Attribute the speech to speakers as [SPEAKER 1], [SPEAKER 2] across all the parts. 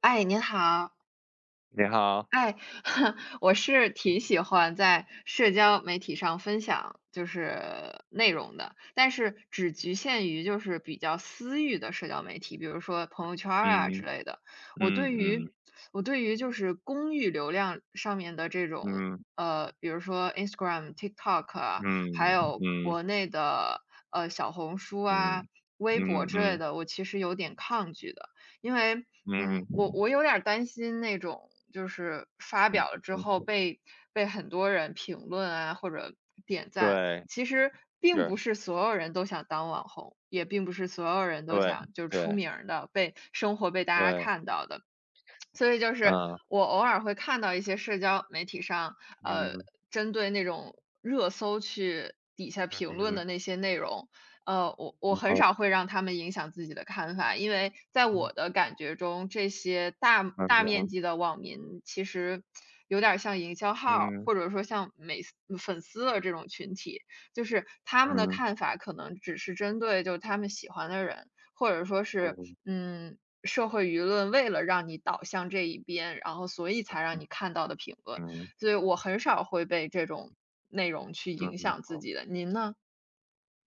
[SPEAKER 1] 哎，您好，
[SPEAKER 2] 你好。
[SPEAKER 1] 哎，我是挺喜欢在社交媒体上分享就是内容的，但是只局限于就是比较私域的社交媒体，比如说朋友圈儿啊之
[SPEAKER 2] 嗯，
[SPEAKER 1] 类的。我
[SPEAKER 2] 嗯
[SPEAKER 1] 对
[SPEAKER 2] 嗯，
[SPEAKER 1] 于我对于就是公域流量上面的这种
[SPEAKER 2] 嗯，
[SPEAKER 1] 比如说 Instagram、TikTok 啊，还
[SPEAKER 2] 嗯
[SPEAKER 1] 有
[SPEAKER 2] 嗯嗯，
[SPEAKER 1] 国内的小红书
[SPEAKER 2] 嗯，
[SPEAKER 1] 啊、微博
[SPEAKER 2] 嗯
[SPEAKER 1] 之类
[SPEAKER 2] 嗯，
[SPEAKER 1] 的，我其实有点抗拒的，因为
[SPEAKER 2] 嗯，
[SPEAKER 1] 我有点儿担心那种，就是发
[SPEAKER 2] 嗯，
[SPEAKER 1] 表了之后被很多人评论啊，或者点赞。
[SPEAKER 2] 对，
[SPEAKER 1] 其实并不
[SPEAKER 2] 是，
[SPEAKER 1] 是所有人都想当网红，也并不是所有人都
[SPEAKER 2] 对
[SPEAKER 1] 想就出
[SPEAKER 2] 对
[SPEAKER 1] 名儿的，被生活被大家
[SPEAKER 2] 对，
[SPEAKER 1] 看到的。所以就是
[SPEAKER 2] 嗯
[SPEAKER 1] 我偶尔会看到一些社交媒体上，呃，
[SPEAKER 2] 嗯
[SPEAKER 1] 针对那种热搜去底下评论
[SPEAKER 2] 嗯，
[SPEAKER 1] 的那些内容，我
[SPEAKER 2] 然
[SPEAKER 1] 很
[SPEAKER 2] 后，
[SPEAKER 1] 少会让他们影响自己的看法，因为在
[SPEAKER 2] 嗯，
[SPEAKER 1] 我的感觉中，这些大
[SPEAKER 2] 嗯
[SPEAKER 1] 大面积
[SPEAKER 2] 嗯，
[SPEAKER 1] 的网民其实有点儿像营销号儿，或者说像粉丝的这种群体，就是他们的看法可能只是针对就他们喜欢的人，或者说是，
[SPEAKER 2] 嗯，
[SPEAKER 1] 社会舆论为了让你导向这一边，然后所以才
[SPEAKER 2] 嗯
[SPEAKER 1] 让你看到的评论，
[SPEAKER 2] 嗯
[SPEAKER 1] 所以我很少会被这种内容去影
[SPEAKER 2] 嗯。
[SPEAKER 1] 响自己的，您呢？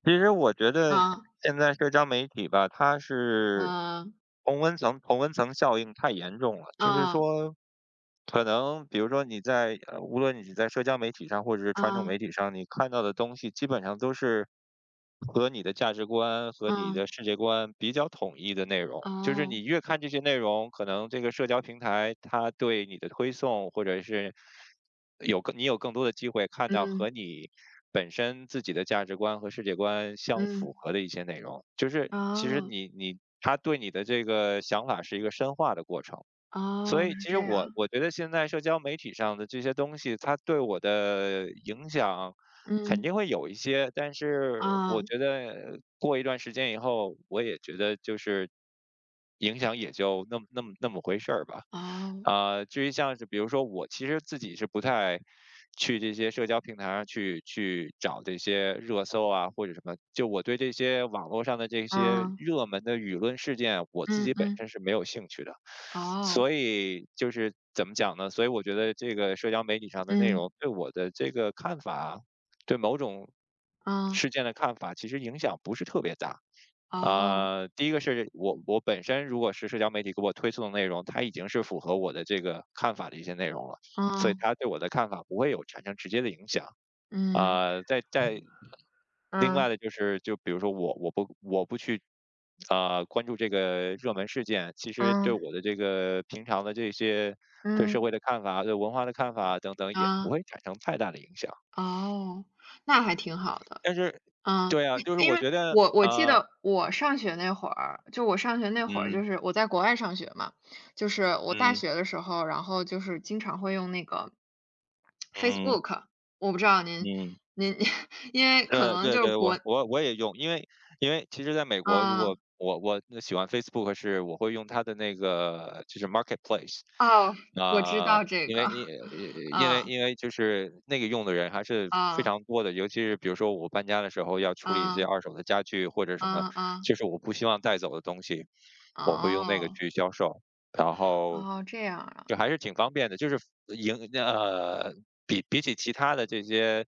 [SPEAKER 2] 其实我觉得
[SPEAKER 1] 啊，
[SPEAKER 2] 现在社交媒体吧，它是
[SPEAKER 1] 啊
[SPEAKER 2] 同温层效应太严重了，就是
[SPEAKER 1] 啊，
[SPEAKER 2] 说可能比如说你在，无论你是在社交媒体上或者是传统
[SPEAKER 1] 啊，
[SPEAKER 2] 媒体上，你看到的东西基本上都是和你的价值观和你
[SPEAKER 1] 啊
[SPEAKER 2] 的世界观比较统一的内容。就是
[SPEAKER 1] 啊，
[SPEAKER 2] 你越看这些内容，可能这个社交平台它对你的推送，或者是你有更多的机会看到
[SPEAKER 1] 嗯，
[SPEAKER 2] 和你本身自己的价值观和世界观相
[SPEAKER 1] 嗯，
[SPEAKER 2] 符合的一些内容。就是其实
[SPEAKER 1] 哦，
[SPEAKER 2] 它对你的这个想法是一个深化的过程。所
[SPEAKER 1] 哦，
[SPEAKER 2] 以
[SPEAKER 1] 是
[SPEAKER 2] 其
[SPEAKER 1] 这
[SPEAKER 2] 实我
[SPEAKER 1] 样，
[SPEAKER 2] 我觉得现在社交媒体上的这些东西，它对我的影响肯
[SPEAKER 1] 嗯，
[SPEAKER 2] 定会有一些，但是
[SPEAKER 1] 啊，
[SPEAKER 2] 我觉得过一段时间以后，我也觉得就是影响也就那么回事儿吧。
[SPEAKER 1] 啊，
[SPEAKER 2] 至于像是比如说我其实自己是不太去这些社交平台上去找这些热搜啊或者什么，就我对这些网络上的这些
[SPEAKER 1] 啊，
[SPEAKER 2] 热门的舆论事件，我自己
[SPEAKER 1] 嗯，
[SPEAKER 2] 本
[SPEAKER 1] 嗯
[SPEAKER 2] 身是没有兴趣的。
[SPEAKER 1] 哦，
[SPEAKER 2] 所以就是怎么讲呢？所以我觉得这个社交媒体上的内容
[SPEAKER 1] 嗯，
[SPEAKER 2] 对我的这个看法，对某种
[SPEAKER 1] 嗯，
[SPEAKER 2] 事件的看法，其实影响不是特别大。
[SPEAKER 1] 哦，
[SPEAKER 2] 第一个是我本身如果是社交媒体给我推送的内容，它已经是符合我的这个看法的一些内容了，所以它对我的看法不会有产生直接的影响。
[SPEAKER 1] 嗯，
[SPEAKER 2] 啊、在在另外
[SPEAKER 1] 啊，
[SPEAKER 2] 的就是，就比如说我不去关注这个热门事件，其实
[SPEAKER 1] 嗯，
[SPEAKER 2] 对
[SPEAKER 1] 嗯，
[SPEAKER 2] 我的这个平常的这些对社
[SPEAKER 1] 嗯，
[SPEAKER 2] 会的看法、对文化的看法等等，也不
[SPEAKER 1] 啊。
[SPEAKER 2] 会产生太大的影响。
[SPEAKER 1] 哦，那还挺好的。
[SPEAKER 2] 但是
[SPEAKER 1] 嗯，
[SPEAKER 2] 对啊，
[SPEAKER 1] 因
[SPEAKER 2] 就是
[SPEAKER 1] 因
[SPEAKER 2] 我
[SPEAKER 1] 为
[SPEAKER 2] 觉得，
[SPEAKER 1] 我记得我上学那会儿，就我上学那会儿，
[SPEAKER 2] 嗯，
[SPEAKER 1] 就是我在国外上学嘛，就是我大
[SPEAKER 2] 嗯
[SPEAKER 1] 学的时候，然后就是经常会用那个
[SPEAKER 2] 嗯，
[SPEAKER 1] Facebook，我不知道您
[SPEAKER 2] 嗯，
[SPEAKER 1] 您 因为可
[SPEAKER 2] 对
[SPEAKER 1] 能
[SPEAKER 2] 对
[SPEAKER 1] 就是
[SPEAKER 2] 对，我我我也用，因为其实在美国，如果
[SPEAKER 1] 嗯，
[SPEAKER 2] 我喜欢 Facebook 是我会用它的那个就是 Marketplace,
[SPEAKER 1] 哦，我知
[SPEAKER 2] 啊、
[SPEAKER 1] 道这
[SPEAKER 2] 因
[SPEAKER 1] 个，
[SPEAKER 2] 为因因为
[SPEAKER 1] 啊
[SPEAKER 2] 因为就是那个用的人还是非
[SPEAKER 1] 啊
[SPEAKER 2] 常多的，尤其是比如说我搬家的时候要处理一些
[SPEAKER 1] 啊
[SPEAKER 2] 二手的家具或者什么，
[SPEAKER 1] 啊啊
[SPEAKER 2] 就是我不希望带走的东西，
[SPEAKER 1] 啊，
[SPEAKER 2] 我会用那个
[SPEAKER 1] 哦
[SPEAKER 2] 去销售，然后。
[SPEAKER 1] 哦，这样啊，
[SPEAKER 2] 就还是挺方便的，就是呃赢呃，比起其他的这些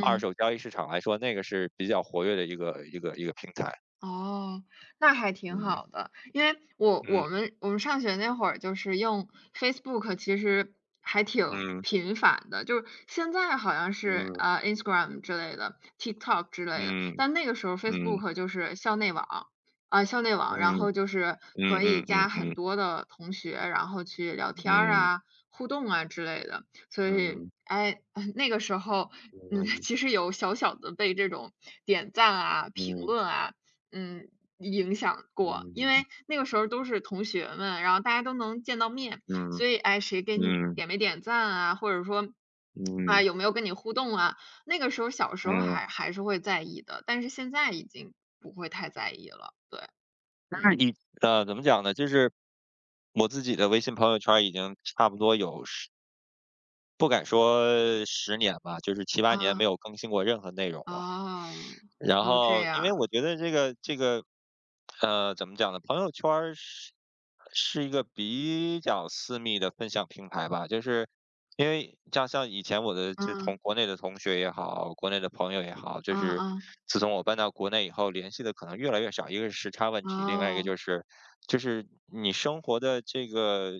[SPEAKER 2] 二手交易市场来说，那个是比较活跃的一个平台。
[SPEAKER 1] 哦，那还挺
[SPEAKER 2] 嗯
[SPEAKER 1] 好的。因为我我
[SPEAKER 2] 嗯，
[SPEAKER 1] 们我们上学那会儿就是用 Facebook，其实还挺
[SPEAKER 2] 嗯，
[SPEAKER 1] 频繁的，就是现在好像是，
[SPEAKER 2] 嗯
[SPEAKER 1] Instagram 之类的，TikTok 之类的，
[SPEAKER 2] 嗯，
[SPEAKER 1] 但那个时候
[SPEAKER 2] 嗯，
[SPEAKER 1] Facebook 就是校内网，然
[SPEAKER 2] 嗯，
[SPEAKER 1] 后就是
[SPEAKER 2] 嗯
[SPEAKER 1] 可以
[SPEAKER 2] 嗯，嗯，
[SPEAKER 1] 加很
[SPEAKER 2] 嗯，
[SPEAKER 1] 多的同学，然后去聊天儿
[SPEAKER 2] 嗯，
[SPEAKER 1] 啊、互动啊之类的。所以，
[SPEAKER 2] 嗯，
[SPEAKER 1] 哎，那个时候，
[SPEAKER 2] 嗯，
[SPEAKER 1] 其实有小小的被这种点赞啊、评
[SPEAKER 2] 嗯，
[SPEAKER 1] 论啊嗯，影响过，因
[SPEAKER 2] 嗯
[SPEAKER 1] 为那个时候都是同学们，然后大家都能见到面，所以哎，谁给你
[SPEAKER 2] 嗯，
[SPEAKER 1] 点没点赞啊，或者说，啊，
[SPEAKER 2] 嗯，
[SPEAKER 1] 有没有跟你互动啊？那个时候小时候
[SPEAKER 2] 嗯。
[SPEAKER 1] 还是会在意的，但是现在已经不会太在意了，对，
[SPEAKER 2] 但
[SPEAKER 1] 嗯，
[SPEAKER 2] 是你，怎么讲呢？就是我自己的微信朋友圈已经差不多有不敢说10年吧，就是7、8年没
[SPEAKER 1] 啊，
[SPEAKER 2] 有更新过任何内容了。
[SPEAKER 1] 哦，
[SPEAKER 2] 然
[SPEAKER 1] 哦，这
[SPEAKER 2] 后因为
[SPEAKER 1] 样，
[SPEAKER 2] 我觉得这个，怎么讲呢？朋友圈儿是一个比较私密的分享平台吧，就是因为像以前我的就同
[SPEAKER 1] 嗯，
[SPEAKER 2] 国内的同学也好，国内的朋友也好，就
[SPEAKER 1] 嗯
[SPEAKER 2] 是
[SPEAKER 1] 嗯，
[SPEAKER 2] 自从我搬到国内以后，联系的可能越来越少。一个是时差问题，另外一个
[SPEAKER 1] 哦，
[SPEAKER 2] 就是你生活的这个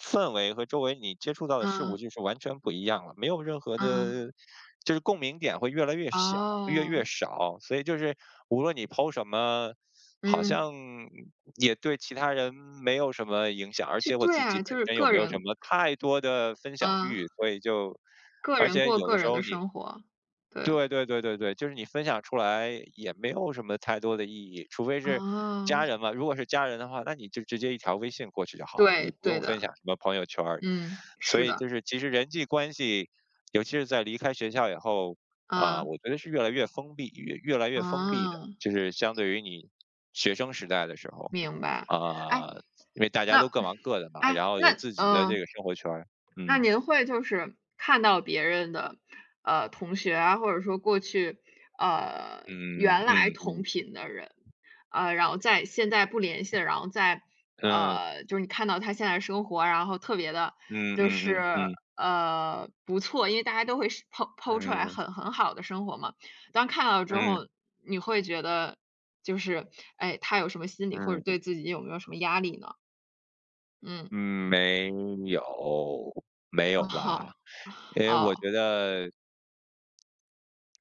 [SPEAKER 2] 氛围和周围你接触到的事物
[SPEAKER 1] 嗯
[SPEAKER 2] 就是完全不一样了，没有任何
[SPEAKER 1] 嗯，
[SPEAKER 2] 的，就是共鸣点会越来越小。
[SPEAKER 1] 哦，
[SPEAKER 2] 少，所以就是无论你 po 什么，好
[SPEAKER 1] 嗯，
[SPEAKER 2] 像也对其他人没有什么影响，而
[SPEAKER 1] 就
[SPEAKER 2] 且我
[SPEAKER 1] 对
[SPEAKER 2] 自己
[SPEAKER 1] 啊，
[SPEAKER 2] 本
[SPEAKER 1] 就是
[SPEAKER 2] 身又没有什么太多的分享欲，
[SPEAKER 1] 啊，
[SPEAKER 2] 所以就。
[SPEAKER 1] 个
[SPEAKER 2] 而
[SPEAKER 1] 人
[SPEAKER 2] 且
[SPEAKER 1] 过
[SPEAKER 2] 有
[SPEAKER 1] 个
[SPEAKER 2] 的时
[SPEAKER 1] 人
[SPEAKER 2] 候
[SPEAKER 1] 的
[SPEAKER 2] 你，
[SPEAKER 1] 生活，对。
[SPEAKER 2] 对对对对对，就是你分享出来也没有什么太多的意义，除非是
[SPEAKER 1] 哦，
[SPEAKER 2] 家人嘛。如果是家人的话，那你就直接一条微信过去就好了，你就
[SPEAKER 1] 对，
[SPEAKER 2] 不
[SPEAKER 1] 对
[SPEAKER 2] 用
[SPEAKER 1] 的，
[SPEAKER 2] 分享什么朋友圈儿。
[SPEAKER 1] 嗯，
[SPEAKER 2] 所
[SPEAKER 1] 是
[SPEAKER 2] 以
[SPEAKER 1] 的，
[SPEAKER 2] 就是其实人际关系，尤其是在离开学校以后，
[SPEAKER 1] 啊
[SPEAKER 2] 我觉得是越来越封闭，越来越封闭的，
[SPEAKER 1] 啊，
[SPEAKER 2] 就是相对于你学生时代的时候。
[SPEAKER 1] 明白。哎，
[SPEAKER 2] 啊、因为大家
[SPEAKER 1] 那
[SPEAKER 2] 都各忙各的嘛，
[SPEAKER 1] 哎，
[SPEAKER 2] 然后
[SPEAKER 1] 那
[SPEAKER 2] 有
[SPEAKER 1] 嗯。
[SPEAKER 2] 自己的这个生活圈儿。
[SPEAKER 1] 那
[SPEAKER 2] 嗯，
[SPEAKER 1] 您会就是看到别人的，同学啊，或者说过去，呃，
[SPEAKER 2] 嗯
[SPEAKER 1] 原来
[SPEAKER 2] 嗯，
[SPEAKER 1] 同
[SPEAKER 2] 嗯，
[SPEAKER 1] 频的人，然后在现在不联系了，然后在，
[SPEAKER 2] 嗯
[SPEAKER 1] 就是你看到他现在生活，然后特别的，
[SPEAKER 2] 嗯，
[SPEAKER 1] 就
[SPEAKER 2] 嗯，嗯，嗯，
[SPEAKER 1] 是，
[SPEAKER 2] 嗯。
[SPEAKER 1] 不错，因为大家都会是剖出来
[SPEAKER 2] 嗯
[SPEAKER 1] 很好的生活嘛。当看到之后，
[SPEAKER 2] 嗯，
[SPEAKER 1] 你会觉得就是，哎，他有什么心理，或者
[SPEAKER 2] 嗯
[SPEAKER 1] 对自己有没有什么压力呢？嗯，
[SPEAKER 2] 嗯，没有，没有
[SPEAKER 1] 哦，
[SPEAKER 2] 吧？因 为我
[SPEAKER 1] 哦，
[SPEAKER 2] 觉得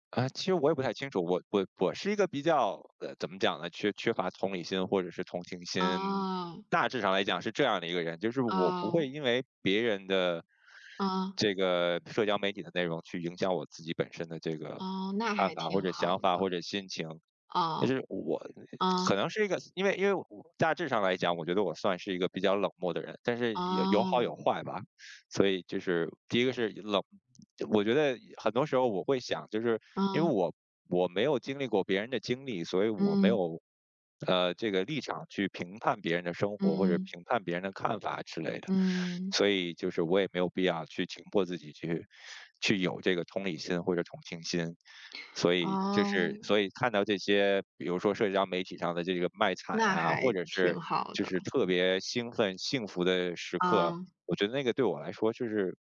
[SPEAKER 2] 其实我也不太清楚，我是一个比较，怎么讲呢？缺乏同理心或者是同情心，
[SPEAKER 1] 哦。
[SPEAKER 2] 大致上来讲是这样的一个人，就是我不会
[SPEAKER 1] 哦，
[SPEAKER 2] 因为别人的
[SPEAKER 1] 嗯，
[SPEAKER 2] 这个社交媒体的内容去影响我自己本身的这个
[SPEAKER 1] 哦，那
[SPEAKER 2] 看
[SPEAKER 1] 还
[SPEAKER 2] 法或
[SPEAKER 1] 挺
[SPEAKER 2] 者想
[SPEAKER 1] 好
[SPEAKER 2] 法
[SPEAKER 1] 的。
[SPEAKER 2] 或者心情。就
[SPEAKER 1] 哦，
[SPEAKER 2] 是我可
[SPEAKER 1] 嗯，
[SPEAKER 2] 能是一个因为我大致上来讲，我觉得我算是一个比较冷漠的人，但是有好
[SPEAKER 1] 哦，
[SPEAKER 2] 有坏吧。所以就是第一个是冷，我觉得很多时候我会想，就是因为
[SPEAKER 1] 嗯，
[SPEAKER 2] 我没有经历过别人的经历，所以我没
[SPEAKER 1] 嗯，
[SPEAKER 2] 有这个立场去评判别人的生活或者
[SPEAKER 1] 嗯，
[SPEAKER 2] 评判别人的看法之类的，
[SPEAKER 1] 嗯，
[SPEAKER 2] 所以就是我也没有必要去强迫自己去有这个同理心或者同情心。所以就是，
[SPEAKER 1] 哦，
[SPEAKER 2] 所以看到这些，比如说社交媒体上的这个卖惨
[SPEAKER 1] 那
[SPEAKER 2] 呀、或
[SPEAKER 1] 还
[SPEAKER 2] 者是
[SPEAKER 1] 挺好
[SPEAKER 2] 就是
[SPEAKER 1] 的。
[SPEAKER 2] 特别兴奋、幸福的时刻，
[SPEAKER 1] 嗯，
[SPEAKER 2] 我觉得那个对我来说就是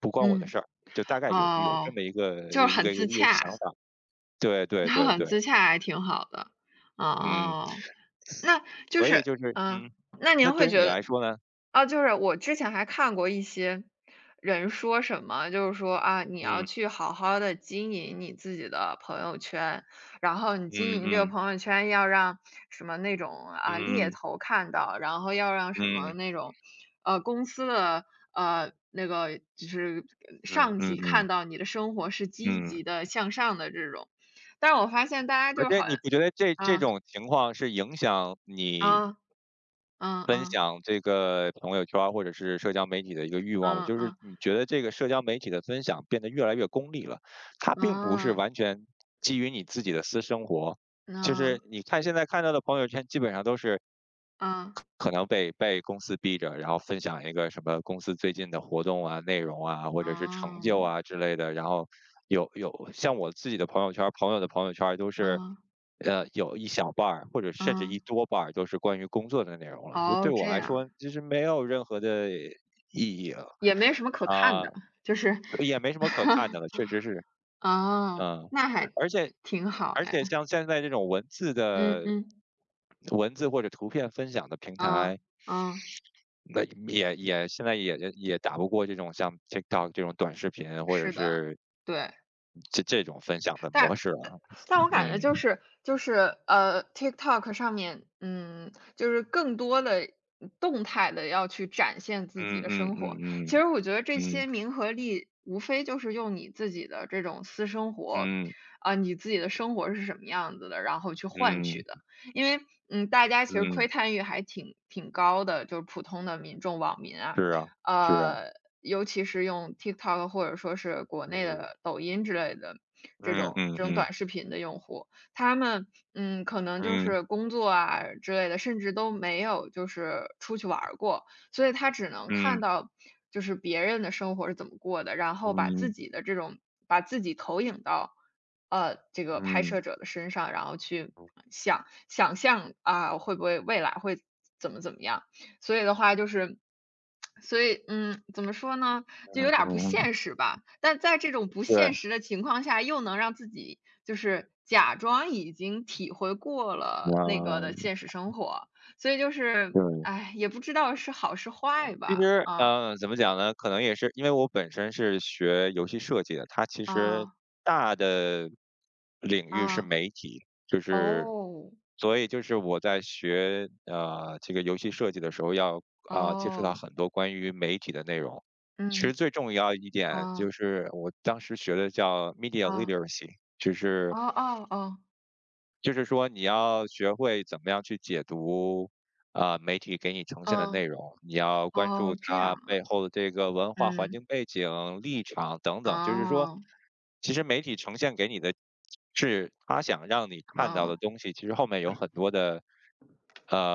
[SPEAKER 2] 不关我的
[SPEAKER 1] 嗯，
[SPEAKER 2] 事儿，就大概有这
[SPEAKER 1] 哦，
[SPEAKER 2] 么一个
[SPEAKER 1] 就是
[SPEAKER 2] 一
[SPEAKER 1] 很
[SPEAKER 2] 个一
[SPEAKER 1] 自
[SPEAKER 2] 个一个
[SPEAKER 1] 洽，
[SPEAKER 2] 想 法。对对
[SPEAKER 1] 就
[SPEAKER 2] 对
[SPEAKER 1] 很
[SPEAKER 2] 对，
[SPEAKER 1] 自洽还挺好的。
[SPEAKER 2] 嗯，
[SPEAKER 1] 哦。那就
[SPEAKER 2] 所以
[SPEAKER 1] 是
[SPEAKER 2] 就是
[SPEAKER 1] 嗯，
[SPEAKER 2] 嗯，
[SPEAKER 1] 那
[SPEAKER 2] 那
[SPEAKER 1] 您
[SPEAKER 2] 对
[SPEAKER 1] 会
[SPEAKER 2] 于
[SPEAKER 1] 觉
[SPEAKER 2] 你来
[SPEAKER 1] 得
[SPEAKER 2] 说呢？
[SPEAKER 1] 啊，就是我之前还看过一些人说什么，就是说啊，你要
[SPEAKER 2] 嗯，
[SPEAKER 1] 去好好的经营你自己的朋友圈，然后你
[SPEAKER 2] 嗯
[SPEAKER 1] 经营这个
[SPEAKER 2] 嗯，
[SPEAKER 1] 朋友圈要让什么那种，啊，猎
[SPEAKER 2] 嗯，
[SPEAKER 1] 头看到，然后要让什
[SPEAKER 2] 嗯
[SPEAKER 1] 么
[SPEAKER 2] 嗯，
[SPEAKER 1] 那种，公司的，那个就是
[SPEAKER 2] 嗯。
[SPEAKER 1] 上级
[SPEAKER 2] 嗯
[SPEAKER 1] 看到你的生活是积
[SPEAKER 2] 嗯，
[SPEAKER 1] 极的、向上的这种。但是我发现大家就
[SPEAKER 2] 而
[SPEAKER 1] 是
[SPEAKER 2] 且
[SPEAKER 1] 好
[SPEAKER 2] 你
[SPEAKER 1] 像
[SPEAKER 2] 不觉得这
[SPEAKER 1] 啊，
[SPEAKER 2] 种情况是影响你
[SPEAKER 1] 啊，嗯
[SPEAKER 2] 分
[SPEAKER 1] 嗯。
[SPEAKER 2] 享这个朋友圈儿或者是社交媒体的一个欲望吗？
[SPEAKER 1] 嗯
[SPEAKER 2] 就是
[SPEAKER 1] 嗯，
[SPEAKER 2] 你觉得这个社交媒体的分享变得越来越功利了，它并不是
[SPEAKER 1] 嗯
[SPEAKER 2] 完全基于你自己的私生活，就
[SPEAKER 1] 嗯
[SPEAKER 2] 是你看现在看到的朋友圈，基本上都是
[SPEAKER 1] 嗯，
[SPEAKER 2] 可能被公司逼着，然后分享一个什么公司最近的活动啊、内容啊，或者是成就
[SPEAKER 1] 嗯
[SPEAKER 2] 啊之类的。然后有像我自己的朋友圈，朋友的朋友圈都是，
[SPEAKER 1] 嗯
[SPEAKER 2] 有一小半儿或者甚至一
[SPEAKER 1] 嗯，
[SPEAKER 2] 多半儿都是关于工作的内容了。就对
[SPEAKER 1] 哦，
[SPEAKER 2] 我
[SPEAKER 1] 这
[SPEAKER 2] 来
[SPEAKER 1] 样，
[SPEAKER 2] 说，就是没有任何的意义了。
[SPEAKER 1] 也没什么可看
[SPEAKER 2] 啊，
[SPEAKER 1] 的，就是，
[SPEAKER 2] 也没什么可看的 了，确实是。
[SPEAKER 1] 哦，
[SPEAKER 2] 嗯，
[SPEAKER 1] 那还
[SPEAKER 2] 而且
[SPEAKER 1] 挺好
[SPEAKER 2] 而
[SPEAKER 1] 哎，
[SPEAKER 2] 且像现在这种
[SPEAKER 1] 嗯嗯，
[SPEAKER 2] 文字或者图片分享的平台，
[SPEAKER 1] 嗯嗯，
[SPEAKER 2] 那也现在也打不过这种像 TikTok 这种短视频或者
[SPEAKER 1] 是的，
[SPEAKER 2] 是
[SPEAKER 1] 对。
[SPEAKER 2] 这种分享的模式了。
[SPEAKER 1] 但我感觉就
[SPEAKER 2] 嗯，
[SPEAKER 1] 是就是呃，TikTok 上面，嗯，就是更多的动态的要去展现自己
[SPEAKER 2] 嗯
[SPEAKER 1] 的
[SPEAKER 2] 嗯，
[SPEAKER 1] 生
[SPEAKER 2] 嗯，
[SPEAKER 1] 活。
[SPEAKER 2] 嗯
[SPEAKER 1] 其实我觉得这些
[SPEAKER 2] 嗯，
[SPEAKER 1] 名和利，无非就是用你自己的这种私生活，
[SPEAKER 2] 嗯，
[SPEAKER 1] 啊、你自己的生活是什么样子的，然后去换取
[SPEAKER 2] 嗯，
[SPEAKER 1] 的。因为大家其实
[SPEAKER 2] 嗯，
[SPEAKER 1] 窥探欲还挺高的，就是普通的民众网民啊，
[SPEAKER 2] 是啊，是啊，
[SPEAKER 1] 呃，尤其是用 TikTok 或者说是国内
[SPEAKER 2] 嗯，
[SPEAKER 1] 的抖音之类的这
[SPEAKER 2] 嗯
[SPEAKER 1] 种这种
[SPEAKER 2] 嗯，
[SPEAKER 1] 短视频的用户，他们，可能就
[SPEAKER 2] 嗯，
[SPEAKER 1] 是工作啊之类的，甚至都没有就是出去玩儿过，所以他只能
[SPEAKER 2] 嗯
[SPEAKER 1] 看
[SPEAKER 2] 嗯，
[SPEAKER 1] 到就是别人的生活是怎么过的，然后
[SPEAKER 2] 嗯，
[SPEAKER 1] 把自
[SPEAKER 2] 嗯，
[SPEAKER 1] 己的这种把自己投影到，这个拍摄
[SPEAKER 2] 嗯，
[SPEAKER 1] 者的身上，然后去想象啊，会不会未来会怎么样。所以的话就是，所以，怎么说呢，就有
[SPEAKER 2] 嗯
[SPEAKER 1] 点儿不
[SPEAKER 2] 嗯，
[SPEAKER 1] 现实吧。但在这种不
[SPEAKER 2] 对，
[SPEAKER 1] 现实的情况下，又能让自己就是假装已经体会过了那个
[SPEAKER 2] 啊，
[SPEAKER 1] 的现实生活，所以就是，
[SPEAKER 2] 对。
[SPEAKER 1] 哎，也不知道是好是坏
[SPEAKER 2] 其
[SPEAKER 1] 吧。
[SPEAKER 2] 实，
[SPEAKER 1] 啊，
[SPEAKER 2] 嗯，怎么讲呢？可能也是因为我本身是学游戏设计的，它其实
[SPEAKER 1] 啊，
[SPEAKER 2] 大的领域是
[SPEAKER 1] 啊，
[SPEAKER 2] 媒体，就是
[SPEAKER 1] 哦，
[SPEAKER 2] 所以就是我在学这个游戏设计的时候要，接触到
[SPEAKER 1] 哦，
[SPEAKER 2] 很多关于媒体的内容。其实
[SPEAKER 1] 嗯，
[SPEAKER 2] 最重要一点
[SPEAKER 1] 啊，
[SPEAKER 2] 就是我当时学的叫 media
[SPEAKER 1] 啊，
[SPEAKER 2] literacy,就是
[SPEAKER 1] 哦哦哦，
[SPEAKER 2] 就是说你要学会怎么样去解读，媒体给你呈现的
[SPEAKER 1] 啊！
[SPEAKER 2] 内容，你要关注
[SPEAKER 1] 哦，这
[SPEAKER 2] 它
[SPEAKER 1] 样，
[SPEAKER 2] 背后的这个文化环
[SPEAKER 1] 嗯，
[SPEAKER 2] 境背景、立场等等。就是说，
[SPEAKER 1] 哦，
[SPEAKER 2] 其实媒体呈现给你的是他想让你看到
[SPEAKER 1] 啊
[SPEAKER 2] 的东西，其实后面有很多的，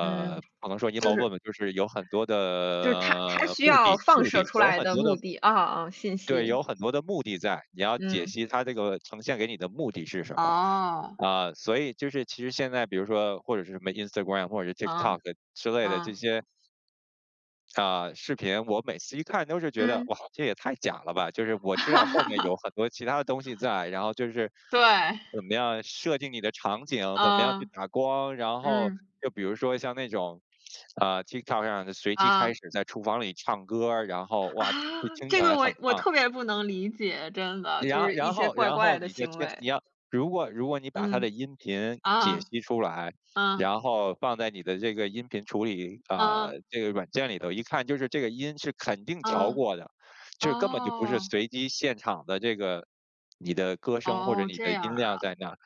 [SPEAKER 1] 嗯，
[SPEAKER 2] 不能说阴
[SPEAKER 1] 就
[SPEAKER 2] 谋论
[SPEAKER 1] 是
[SPEAKER 2] 吧，就是有很多的
[SPEAKER 1] 就是它需
[SPEAKER 2] 目
[SPEAKER 1] 要
[SPEAKER 2] 的，
[SPEAKER 1] 放
[SPEAKER 2] 目
[SPEAKER 1] 射
[SPEAKER 2] 的
[SPEAKER 1] 出
[SPEAKER 2] 有
[SPEAKER 1] 来
[SPEAKER 2] 很
[SPEAKER 1] 的
[SPEAKER 2] 多的，
[SPEAKER 1] 目的啊啊，信
[SPEAKER 2] 对，
[SPEAKER 1] 息，
[SPEAKER 2] 有很多的目的在，你要解
[SPEAKER 1] 嗯。
[SPEAKER 2] 析它这个呈现给你的目的是什么。
[SPEAKER 1] 哦。
[SPEAKER 2] 所以就是其实现在比如说或者是什么 Instagram 或者是
[SPEAKER 1] 嗯，
[SPEAKER 2] TikTok 之类的这
[SPEAKER 1] 嗯，
[SPEAKER 2] 些，视频，我每次一看都是觉得，哇，这也太假了吧，就是我 知道后面
[SPEAKER 1] 嗯，
[SPEAKER 2] 有很多其他的东西在，然后就是
[SPEAKER 1] 对，
[SPEAKER 2] 怎么样设定你的场景，怎么样去
[SPEAKER 1] 啊，
[SPEAKER 2] 打光，然后
[SPEAKER 1] 嗯，
[SPEAKER 2] 就比如说像那种，TikTok 上的随机开
[SPEAKER 1] 啊，
[SPEAKER 2] 始在厨房里唱歌，然后
[SPEAKER 1] 啊，
[SPEAKER 2] 哇，就听起
[SPEAKER 1] 这
[SPEAKER 2] 来
[SPEAKER 1] 个
[SPEAKER 2] 很
[SPEAKER 1] 我
[SPEAKER 2] 棒。
[SPEAKER 1] 特别不能理解，真的，就
[SPEAKER 2] 然
[SPEAKER 1] 是一
[SPEAKER 2] 然
[SPEAKER 1] 些
[SPEAKER 2] 后
[SPEAKER 1] 怪
[SPEAKER 2] 然后
[SPEAKER 1] 怪的
[SPEAKER 2] 你就
[SPEAKER 1] 行
[SPEAKER 2] 先你
[SPEAKER 1] 为。
[SPEAKER 2] 要如果你把它
[SPEAKER 1] 嗯，
[SPEAKER 2] 的音频解
[SPEAKER 1] 啊，
[SPEAKER 2] 析出来，
[SPEAKER 1] 啊，
[SPEAKER 2] 然后放在你的这个音频处理
[SPEAKER 1] 啊，
[SPEAKER 2] 啊、
[SPEAKER 1] 啊
[SPEAKER 2] 这个软件里头，一看就是这个音是肯定调
[SPEAKER 1] 啊，
[SPEAKER 2] 过的，就是根本就不是
[SPEAKER 1] 哦，
[SPEAKER 2] 随机现场的这个你的歌声或者
[SPEAKER 1] 哦，
[SPEAKER 2] 你
[SPEAKER 1] 这
[SPEAKER 2] 的
[SPEAKER 1] 样
[SPEAKER 2] 音量在
[SPEAKER 1] 啊。
[SPEAKER 2] 那儿。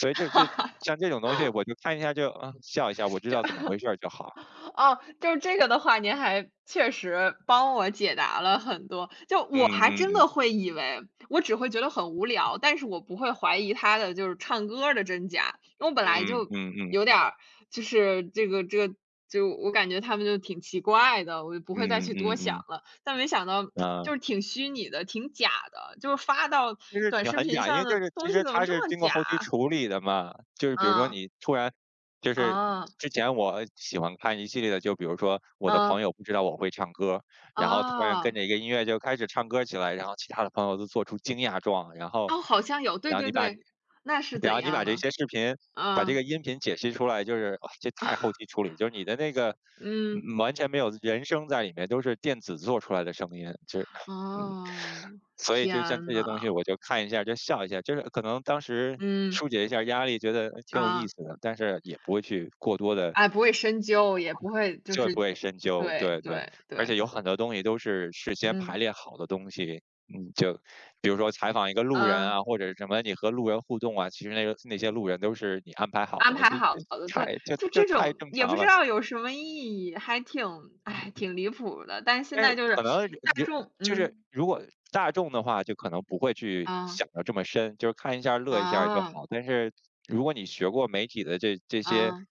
[SPEAKER 2] 所以像这种东西，我就看一下就笑一下，我知
[SPEAKER 1] 就
[SPEAKER 2] 道怎么回事儿就好。
[SPEAKER 1] 哦，就是这个的话，您还确实帮我解答了很多。就我
[SPEAKER 2] 嗯
[SPEAKER 1] 还真
[SPEAKER 2] 嗯
[SPEAKER 1] 的会以为，我只会觉得很无聊，但是我不会怀疑他的就是唱歌儿的真假，因为我本来
[SPEAKER 2] 嗯嗯
[SPEAKER 1] 就
[SPEAKER 2] 嗯嗯
[SPEAKER 1] 有点儿就是这个，就我感觉他们就挺奇怪的，我就不会再
[SPEAKER 2] 嗯嗯
[SPEAKER 1] 去
[SPEAKER 2] 嗯
[SPEAKER 1] 多
[SPEAKER 2] 嗯，
[SPEAKER 1] 想
[SPEAKER 2] 啊。
[SPEAKER 1] 了。但没想到
[SPEAKER 2] 嗯嗯
[SPEAKER 1] 就是
[SPEAKER 2] 嗯。
[SPEAKER 1] 挺虚拟的，挺假的，就是发到
[SPEAKER 2] 就是
[SPEAKER 1] 短
[SPEAKER 2] 挺
[SPEAKER 1] 视
[SPEAKER 2] 很
[SPEAKER 1] 频
[SPEAKER 2] 假，因为
[SPEAKER 1] 上
[SPEAKER 2] 就
[SPEAKER 1] 的
[SPEAKER 2] 是其
[SPEAKER 1] 东西
[SPEAKER 2] 实
[SPEAKER 1] 怎么
[SPEAKER 2] 它是
[SPEAKER 1] 这么
[SPEAKER 2] 经过
[SPEAKER 1] 假
[SPEAKER 2] 后期处理的嘛。就是比如说
[SPEAKER 1] 啊？嗯，
[SPEAKER 2] 你突然就是
[SPEAKER 1] 啊，
[SPEAKER 2] 之前我喜欢看一系列的，就比如说我的朋
[SPEAKER 1] 啊
[SPEAKER 2] 友不知道我会唱歌，然后突然
[SPEAKER 1] 啊。
[SPEAKER 2] 跟
[SPEAKER 1] 哦
[SPEAKER 2] 着一个音乐就开始唱歌起来，然后其他的朋友都做出惊讶状，然后
[SPEAKER 1] 哦，好像有，对
[SPEAKER 2] 然后
[SPEAKER 1] 对对，那是
[SPEAKER 2] 然
[SPEAKER 1] 怎
[SPEAKER 2] 后你
[SPEAKER 1] 样
[SPEAKER 2] 把这
[SPEAKER 1] 呢？
[SPEAKER 2] 些视频把这
[SPEAKER 1] 啊，
[SPEAKER 2] 个音频解析出来，就是哇这太后期处理，就是你的那个
[SPEAKER 1] 嗯，
[SPEAKER 2] 嗯完全没有人声在里面，都是电子做出来的声音。就是
[SPEAKER 1] 哦，
[SPEAKER 2] 所以就像这
[SPEAKER 1] 天
[SPEAKER 2] 些东
[SPEAKER 1] 呐，
[SPEAKER 2] 西我就看一下就笑一下，就是可能当时
[SPEAKER 1] 嗯，
[SPEAKER 2] 疏解一下压力，觉得挺有意
[SPEAKER 1] 啊，
[SPEAKER 2] 思的，但是也不会去过多的，
[SPEAKER 1] 哎，不会深究，也不会就
[SPEAKER 2] 就
[SPEAKER 1] 是
[SPEAKER 2] 不会深究，
[SPEAKER 1] 对
[SPEAKER 2] 对对。
[SPEAKER 1] 对
[SPEAKER 2] 而
[SPEAKER 1] 对，
[SPEAKER 2] 且有很多东西都是事先排
[SPEAKER 1] 嗯，
[SPEAKER 2] 列好的东西，嗯，就比如说采访一个路人
[SPEAKER 1] 嗯，
[SPEAKER 2] 啊，或者是什么你和路人互动啊，其实那个那些路人都是你安排好
[SPEAKER 1] 安
[SPEAKER 2] 的，
[SPEAKER 1] 排好的，对，
[SPEAKER 2] 就
[SPEAKER 1] 就
[SPEAKER 2] 就
[SPEAKER 1] 这
[SPEAKER 2] 太
[SPEAKER 1] 种
[SPEAKER 2] 正
[SPEAKER 1] 也不
[SPEAKER 2] 常
[SPEAKER 1] 知
[SPEAKER 2] 了。
[SPEAKER 1] 道有什么意义，还挺哎，挺离谱的，但是现
[SPEAKER 2] 哎，
[SPEAKER 1] 在就是
[SPEAKER 2] 可能
[SPEAKER 1] 大
[SPEAKER 2] 人
[SPEAKER 1] 众
[SPEAKER 2] 就是如果大众的话，就可能不会去
[SPEAKER 1] 啊，
[SPEAKER 2] 想的这么深，就是看一下儿乐一下儿就
[SPEAKER 1] 啊，
[SPEAKER 2] 好。但是如果你学过媒体的这些
[SPEAKER 1] 啊，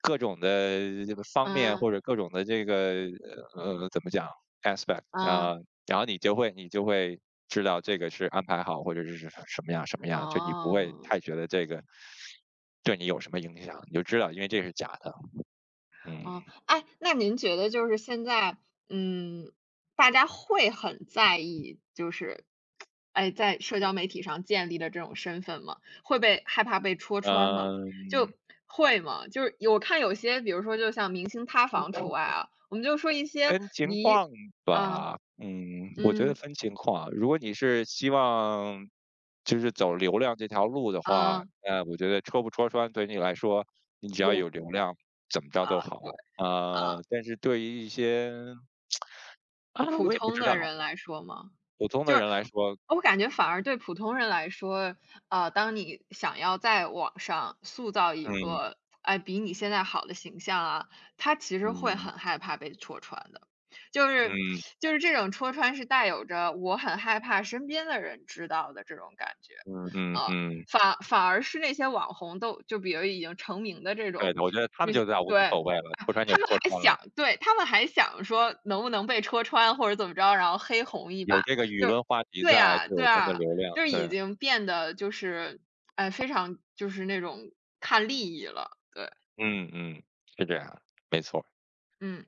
[SPEAKER 2] 各种的这个方面，
[SPEAKER 1] 啊
[SPEAKER 2] 或者各种的这个怎么讲 aspect
[SPEAKER 1] 啊，
[SPEAKER 2] 啊、然后你就会知道这个是安排好，或者是什么样什么样，就你不会
[SPEAKER 1] 哦。
[SPEAKER 2] 太觉得这个对你有什么影响，你就知道，因为这是假的。嗯
[SPEAKER 1] 哦，哎，那您觉得就是现在，嗯，大家会很在意，就是，哎，在社交媒体上建立的这种身份吗？会被害怕被戳穿吗？
[SPEAKER 2] 嗯。
[SPEAKER 1] 就会吗？就是有我看有些，比如说就像明星塌房除外啊，我们就说一些
[SPEAKER 2] 分情
[SPEAKER 1] 离
[SPEAKER 2] 况
[SPEAKER 1] 啊，
[SPEAKER 2] 吧，嗯，我觉得
[SPEAKER 1] 嗯，
[SPEAKER 2] 分情况。如果你是希望就是走流量这条路的话，
[SPEAKER 1] 啊，
[SPEAKER 2] 我觉得戳不戳穿对你来说，你只要
[SPEAKER 1] 有
[SPEAKER 2] 有流量，怎么着
[SPEAKER 1] 啊，
[SPEAKER 2] 都
[SPEAKER 1] 对，
[SPEAKER 2] 好。
[SPEAKER 1] 啊。
[SPEAKER 2] 但是对于一些
[SPEAKER 1] 普
[SPEAKER 2] 我也不
[SPEAKER 1] 通
[SPEAKER 2] 知
[SPEAKER 1] 的
[SPEAKER 2] 道，
[SPEAKER 1] 人来说吗？
[SPEAKER 2] 普通的
[SPEAKER 1] 就是
[SPEAKER 2] 人来说，
[SPEAKER 1] 我感觉反而对普通人来说，当你想要在网上塑造一
[SPEAKER 2] 嗯
[SPEAKER 1] 个，哎，比你现在好的形象啊，他其实会
[SPEAKER 2] 嗯
[SPEAKER 1] 很害怕被戳穿的。就是
[SPEAKER 2] 嗯
[SPEAKER 1] 就是这种戳穿是带有着我很害怕身边的人知道的这种感觉，
[SPEAKER 2] 嗯嗯
[SPEAKER 1] 呃，
[SPEAKER 2] 嗯，
[SPEAKER 1] 反而是那些网红都就比如已经成名的这
[SPEAKER 2] 对
[SPEAKER 1] 种，
[SPEAKER 2] 的，我觉得他
[SPEAKER 1] 那
[SPEAKER 2] 们就
[SPEAKER 1] 些
[SPEAKER 2] 在无
[SPEAKER 1] 对，
[SPEAKER 2] 无
[SPEAKER 1] 哎
[SPEAKER 2] 所谓了，戳穿就
[SPEAKER 1] 他们
[SPEAKER 2] 戳
[SPEAKER 1] 还
[SPEAKER 2] 穿了，
[SPEAKER 1] 想对，他们还想说能不能被戳穿或者怎么着，然后黑红一
[SPEAKER 2] 有
[SPEAKER 1] 把，
[SPEAKER 2] 这个舆
[SPEAKER 1] 就是
[SPEAKER 2] 论话题
[SPEAKER 1] 对
[SPEAKER 2] 在，
[SPEAKER 1] 啊
[SPEAKER 2] 就
[SPEAKER 1] 对
[SPEAKER 2] 有他们的
[SPEAKER 1] 啊，
[SPEAKER 2] 流量，
[SPEAKER 1] 就是已
[SPEAKER 2] 对，
[SPEAKER 1] 经变得就是，哎，非常就是那种看利益了，对，
[SPEAKER 2] 嗯嗯，是这样，没错。
[SPEAKER 1] 嗯。